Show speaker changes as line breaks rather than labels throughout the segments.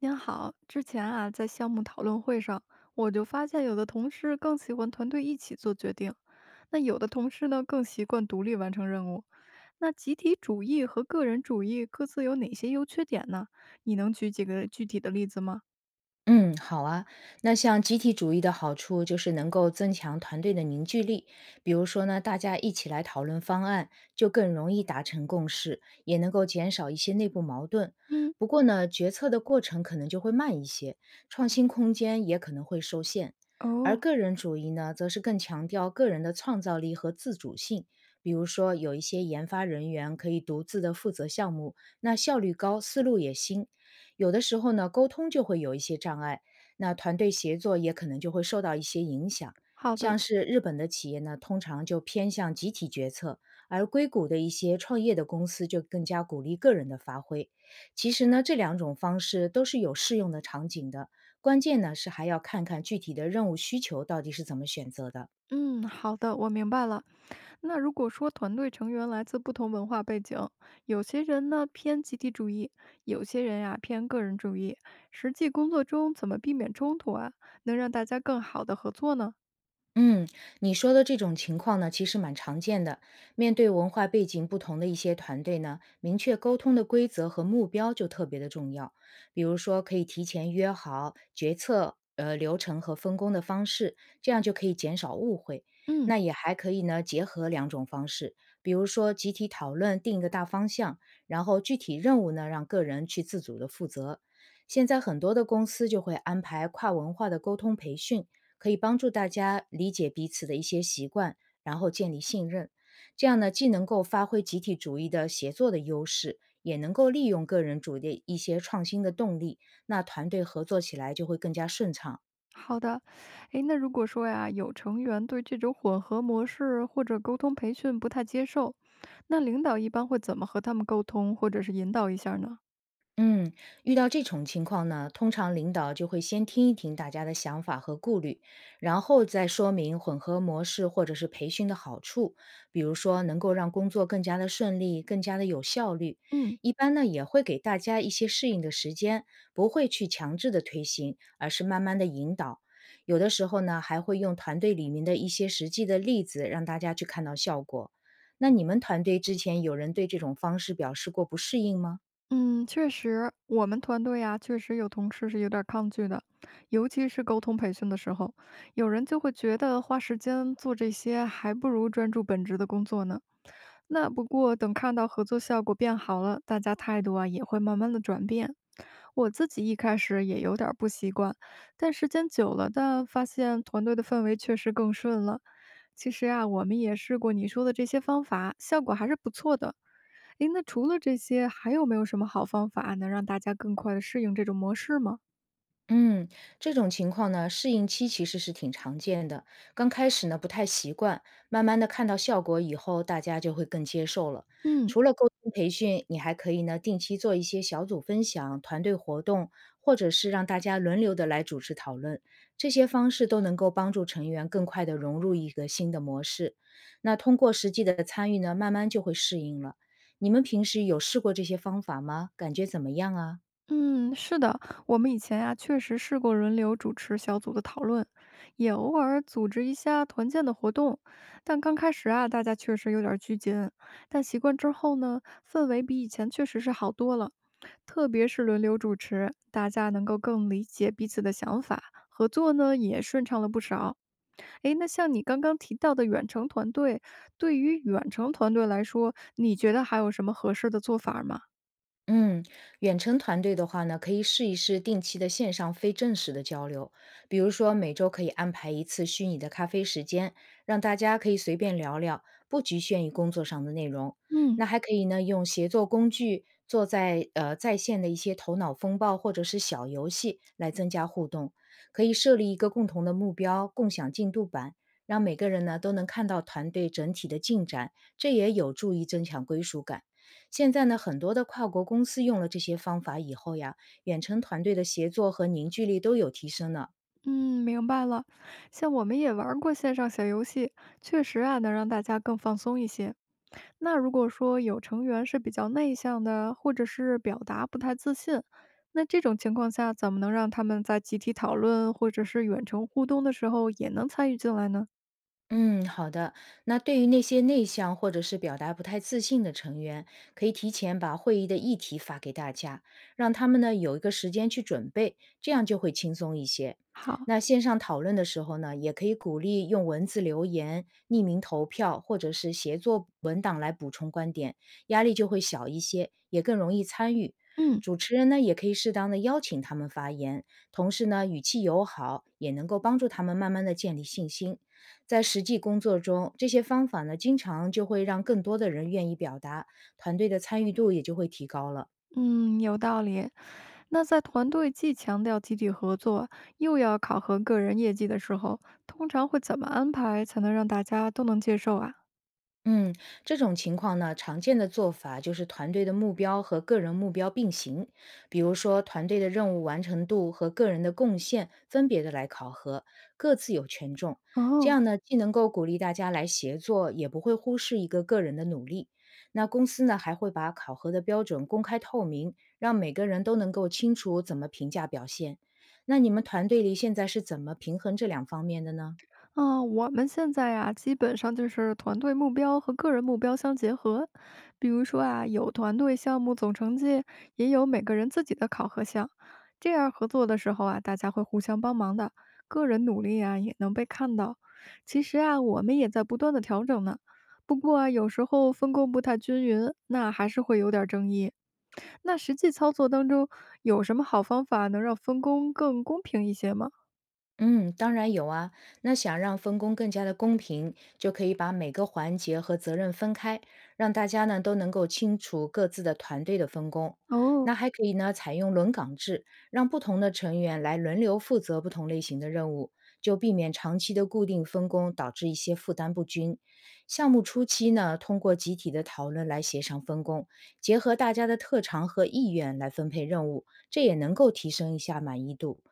您好，之前啊，在项目讨论会上，我就发现有的同事更喜欢团队一起做决定，那有的同事呢更习惯独立完成任务。那集体主义和个人主义各自有哪些优缺点呢？你能举几个具体的例子吗？
嗯，好啊。那像集体主义的好处就是能够增强团队的凝聚力，比如说呢，大家一起来讨论方案，就更容易达成共识，也能够减少一些内部矛盾。
嗯，
不过呢，决策的过程可能就会慢一些，创新空间也可能会受限。而
哦，
个人主义呢，则是更强调个人的创造力和自主性。比如说，有一些研发人员可以独自的负责项目，那效率高，思路也新。有的时候呢，沟通就会有一些障碍，那团队协作也可能就会受到一些影响。
好的。
像是日本的企业呢，通常就偏向集体决策，而硅谷的一些创业的公司就更加鼓励个人的发挥。其实呢，这两种方式都是有适用的场景的，关键呢是还要看看具体的任务需求到底是怎么选择的。
嗯，好的，我明白了。那如果说团队成员来自不同文化背景，有些人呢偏集体主义，有些人呀、偏个人主义，实际工作中怎么避免冲突啊，能让大家更好的合作呢？
嗯，你说的这种情况呢，其实蛮常见的。面对文化背景不同的一些团队呢，明确沟通的规则和目标就特别的重要。比如说，可以提前约好决策流程和分工的方式，这样就可以减少误会。
嗯，
那也还可以呢，结合两种方式，比如说集体讨论定一个大方向，然后具体任务呢让个人去自主的负责。现在很多的公司就会安排跨文化的沟通培训。可以帮助大家理解彼此的一些习惯，然后建立信任。这样呢，既能够发挥集体主义的协作的优势，也能够利用个人主义的一些创新的动力，那团队合作起来就会更加顺畅。
好的。诶，那如果说呀，有成员对这种混合模式或者沟通培训不太接受，那领导一般会怎么和他们沟通，或者是引导一下呢？
嗯，遇到这种情况呢，通常领导就会先听一听大家的想法和顾虑，然后再说明混合模式或者是培训的好处，比如说能够让工作更加的顺利，更加的有效率。
嗯。
一般呢，也会给大家一些适应的时间，不会去强制的推行，而是慢慢的引导。有的时候呢，还会用团队里面的一些实际的例子，让大家去看到效果。那你们团队之前有人对这种方式表示过不适应吗？
嗯，确实，我们团队呀，确实有同事是有点儿抗拒的，尤其是沟通培训的时候，有人就会觉得花时间做这些，还不如专注本职的工作呢。那不过等看到合作效果变好了，大家态度啊也会慢慢的转变。我自己一开始也有点儿不习惯，但时间久了，但发现团队的氛围确实更顺了。其实啊，我们也试过你说的这些方法，效果还是不错的。诶，那除了这些，还有没有什么好方法能让大家更快的适应这种模式吗？
嗯，这种情况呢，适应期其实是挺常见的。刚开始呢，不太习惯，慢慢的看到效果以后，大家就会更接受了。
嗯
除了沟通培训，你还可以呢，定期做一些小组分享、团队活动，或者是让大家轮流的来主持讨论，这些方式都能够帮助成员更快的融入一个新的模式。那通过实际的参与呢，慢慢就会适应了。你们平时有试过这些方法吗？感觉怎么样啊？
嗯，是的，我们以前呀、确实试过轮流主持小组的讨论，也偶尔组织一下团建的活动。但刚开始啊，大家确实有点儿拘谨，但习惯之后呢，氛围比以前确实是好多了。特别是轮流主持，大家能够更理解彼此的想法，合作呢也顺畅了不少。诶，那像你刚刚提到的远程团队，对于远程团队来说，你觉得还有什么合适的做法儿吗？
嗯，远程团队的话呢，可以试一试定期的线上非正式的交流，比如说每周可以安排一次虚拟的咖啡时间，让大家可以随便聊聊，不局限于工作上的内容。
嗯
那还可以呢，用协作工具做在线的一些头脑风暴或者是小游戏来增加互动，可以设立一个共同的目标，共享进度板，让每个人呢都能看到团队整体的进展，这也有助于增强归属感。现在呢，很多的跨国公司用了这些方法以后呀，远程团队的协作和凝聚力都有提升呢。
嗯，明白了。像我们也玩儿过线上小游戏，确实啊，能让大家更放松一些。那如果说有成员是比较内向的，或者是表达不太自信，那这种情况下，怎么能让他们在集体讨论或者是远程互动的时候也能参与进来呢？
嗯，好的。那对于那些内向或者是表达不太自信的成员，可以提前把会议的议题发给大家，让他们呢有一个时间去准备，这样就会轻松一些。
好，
那线上讨论的时候呢，也可以鼓励用文字留言、匿名投票或者是协作文档来补充观点，压力就会小一些，也更容易参与。
嗯。
主持人呢，也可以适当的邀请他们发言，同时呢，语气友好，也能够帮助他们慢慢的建立信心。在实际工作中，这些方法呢，经常就会让更多的人愿意表达，团队的参与度也就会提高了。
嗯，有道理。那在团队既强调集体合作，又要考核个人业绩的时候，通常会怎么安排才能让大家都能接受啊？
嗯，这种情况呢，常见的做法就是团队的目标和个人目标并行，比如说团队的任务完成度和个人的贡献分别的来考核，各自有权重。这样
哦，
呢，既能够鼓励大家来协作，也不会忽视一个个人的努力。那公司呢，还会把考核的标准公开透明，让每个人都能够清楚怎么评价表现。那你们团队里现在是怎么平衡这两方面的呢？
啊，我们现在呀，基本上就是团队目标和个人目标相结合。比如说啊，有团队项目总成绩，也有每个人自己的考核项。这样合作的时候啊，大家会互相帮忙的，个人努力啊也能被看到。其实啊，我们也在不断的调整呢。不过啊，有时候分工不太均匀，那还是会有点儿争议。那实际操作当中，有什么好方法能让分工更公平一些吗？
嗯，当然有啊。那想让分工更加的公平，就可以把每个环节和责任分开，让大家呢都能够清楚各自的团队的分工。那
哦，
还可以呢，采用轮岗制，让不同的成员来轮流负责不同类型的任务，就避免长期的固定分工导致一些负担不均。项目初期呢，通过集体的讨论来协商分工，结合大家的特长和意愿来分配任务，这也能够提升一下满意度。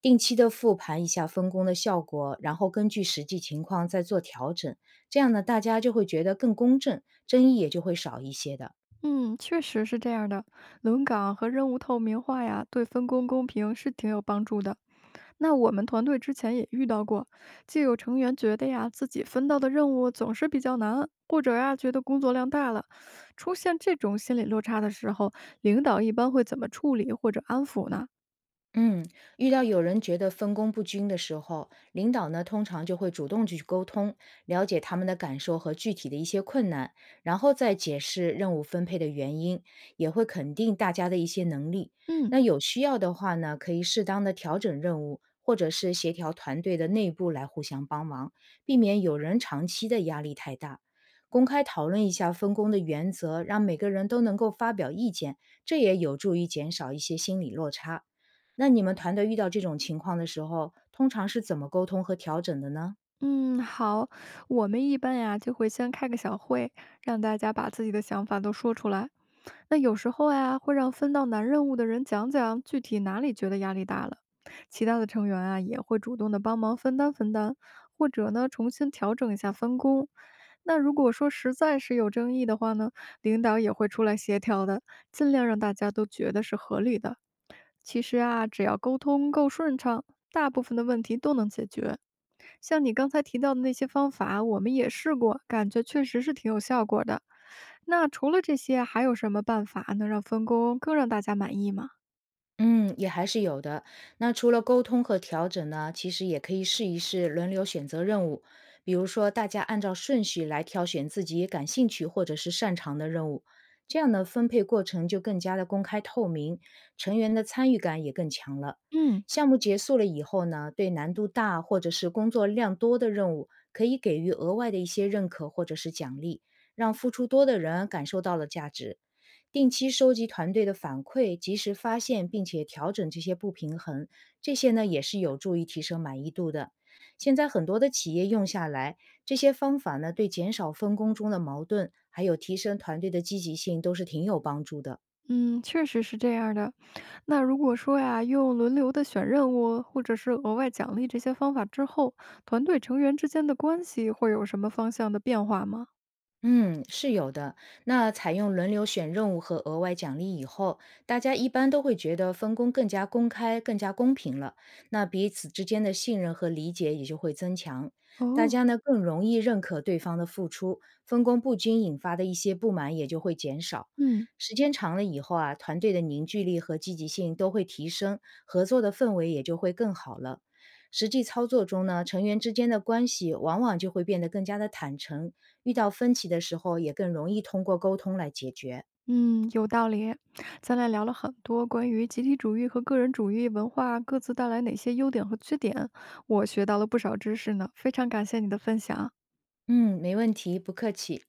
定期的复盘一下分工的效果，然后根据实际情况再做调整，这样呢，大家就会觉得更公正，争议也就会少一些的。
嗯，确实是这样的。轮岗和任务透明化呀，对分工公平是挺有帮助的。那我们团队之前也遇到过，就有成员觉得呀，自己分到的任务总是比较难，或者呀，觉得工作量大了。出现这种心理落差的时候，领导一般会怎么处理或者安抚呢？
嗯，遇到有人觉得分工不均的时候，领导呢通常就会主动去沟通，了解他们的感受和具体的一些困难，然后再解释任务分配的原因，也会肯定大家的一些能力。
嗯。
那有需要的话呢，可以适当的调整任务，或者是协调团队的内部来互相帮忙，避免有人长期的压力太大。公开讨论一下分工的原则，让每个人都能够发表意见，这也有助于减少一些心理落差。那你们团队遇到这种情况的时候，通常是怎么沟通和调整的呢？
嗯，好，我们一般呀就会先开个小会，让大家把自己的想法都说出来，那有时候呀，会让分到难任务的人讲讲具体哪里觉得压力大了，其他的成员啊也会主动的帮忙分担分担，或者呢重新调整一下分工。那如果说实在是有争议的话呢，领导也会出来协调的，尽量让大家都觉得是合理的。其实啊，只要沟通够顺畅，大部分的问题都能解决。像你刚才提到的那些方法，我们也试过，感觉确实是挺有效果的。那除了这些，还有什么办法能让分工更让大家满意吗？
嗯，也还是有的。那除了沟通和调整呢，其实也可以试一试轮流选择任务，比如说大家按照顺序来挑选自己感兴趣或者是擅长的任务，这样呢分配过程就更加的公开透明，成员的参与感也更强了。
嗯
项目结束了以后呢，对难度大或者是工作量多的任务，可以给予额外的一些认可或者是奖励，让付出多的人感受到了价值。定期收集团队的反馈，及时发现并且调整这些不平衡，这些呢也是有助于提升满意度的。现在很多的企业用下来，这些方法呢对减少分工中的矛盾，还有提升团队的积极性都是挺有帮助的。
嗯，确实是这样儿的。那如果说呀，用轮流的选任务，或者是额外奖励这些方法之后，团队成员之间的关系会有什么方向的变化吗？
嗯，是有的。那采用轮流选任务和额外奖励以后，大家一般都会觉得分工更加公开、更加公平了。那彼此之间的信任和理解也就会增强，大
哦。
家呢更容易认可对方的付出，分工不均引发的一些不满也就会减少。
嗯。
时间长了以后啊，团队的凝聚力和积极性都会提升，合作的氛围也就会更好了。实际操作中呢，成员之间的关系往往就会变得更加的坦诚，遇到分歧的时候，也更容易通过沟通来解决。
嗯，有道理。咱俩聊了很多关于集体主义和个人主义文化各自带来哪些优点和缺点，我学到了不少知识呢，非常感谢你的分享。
嗯，没问题，不客气。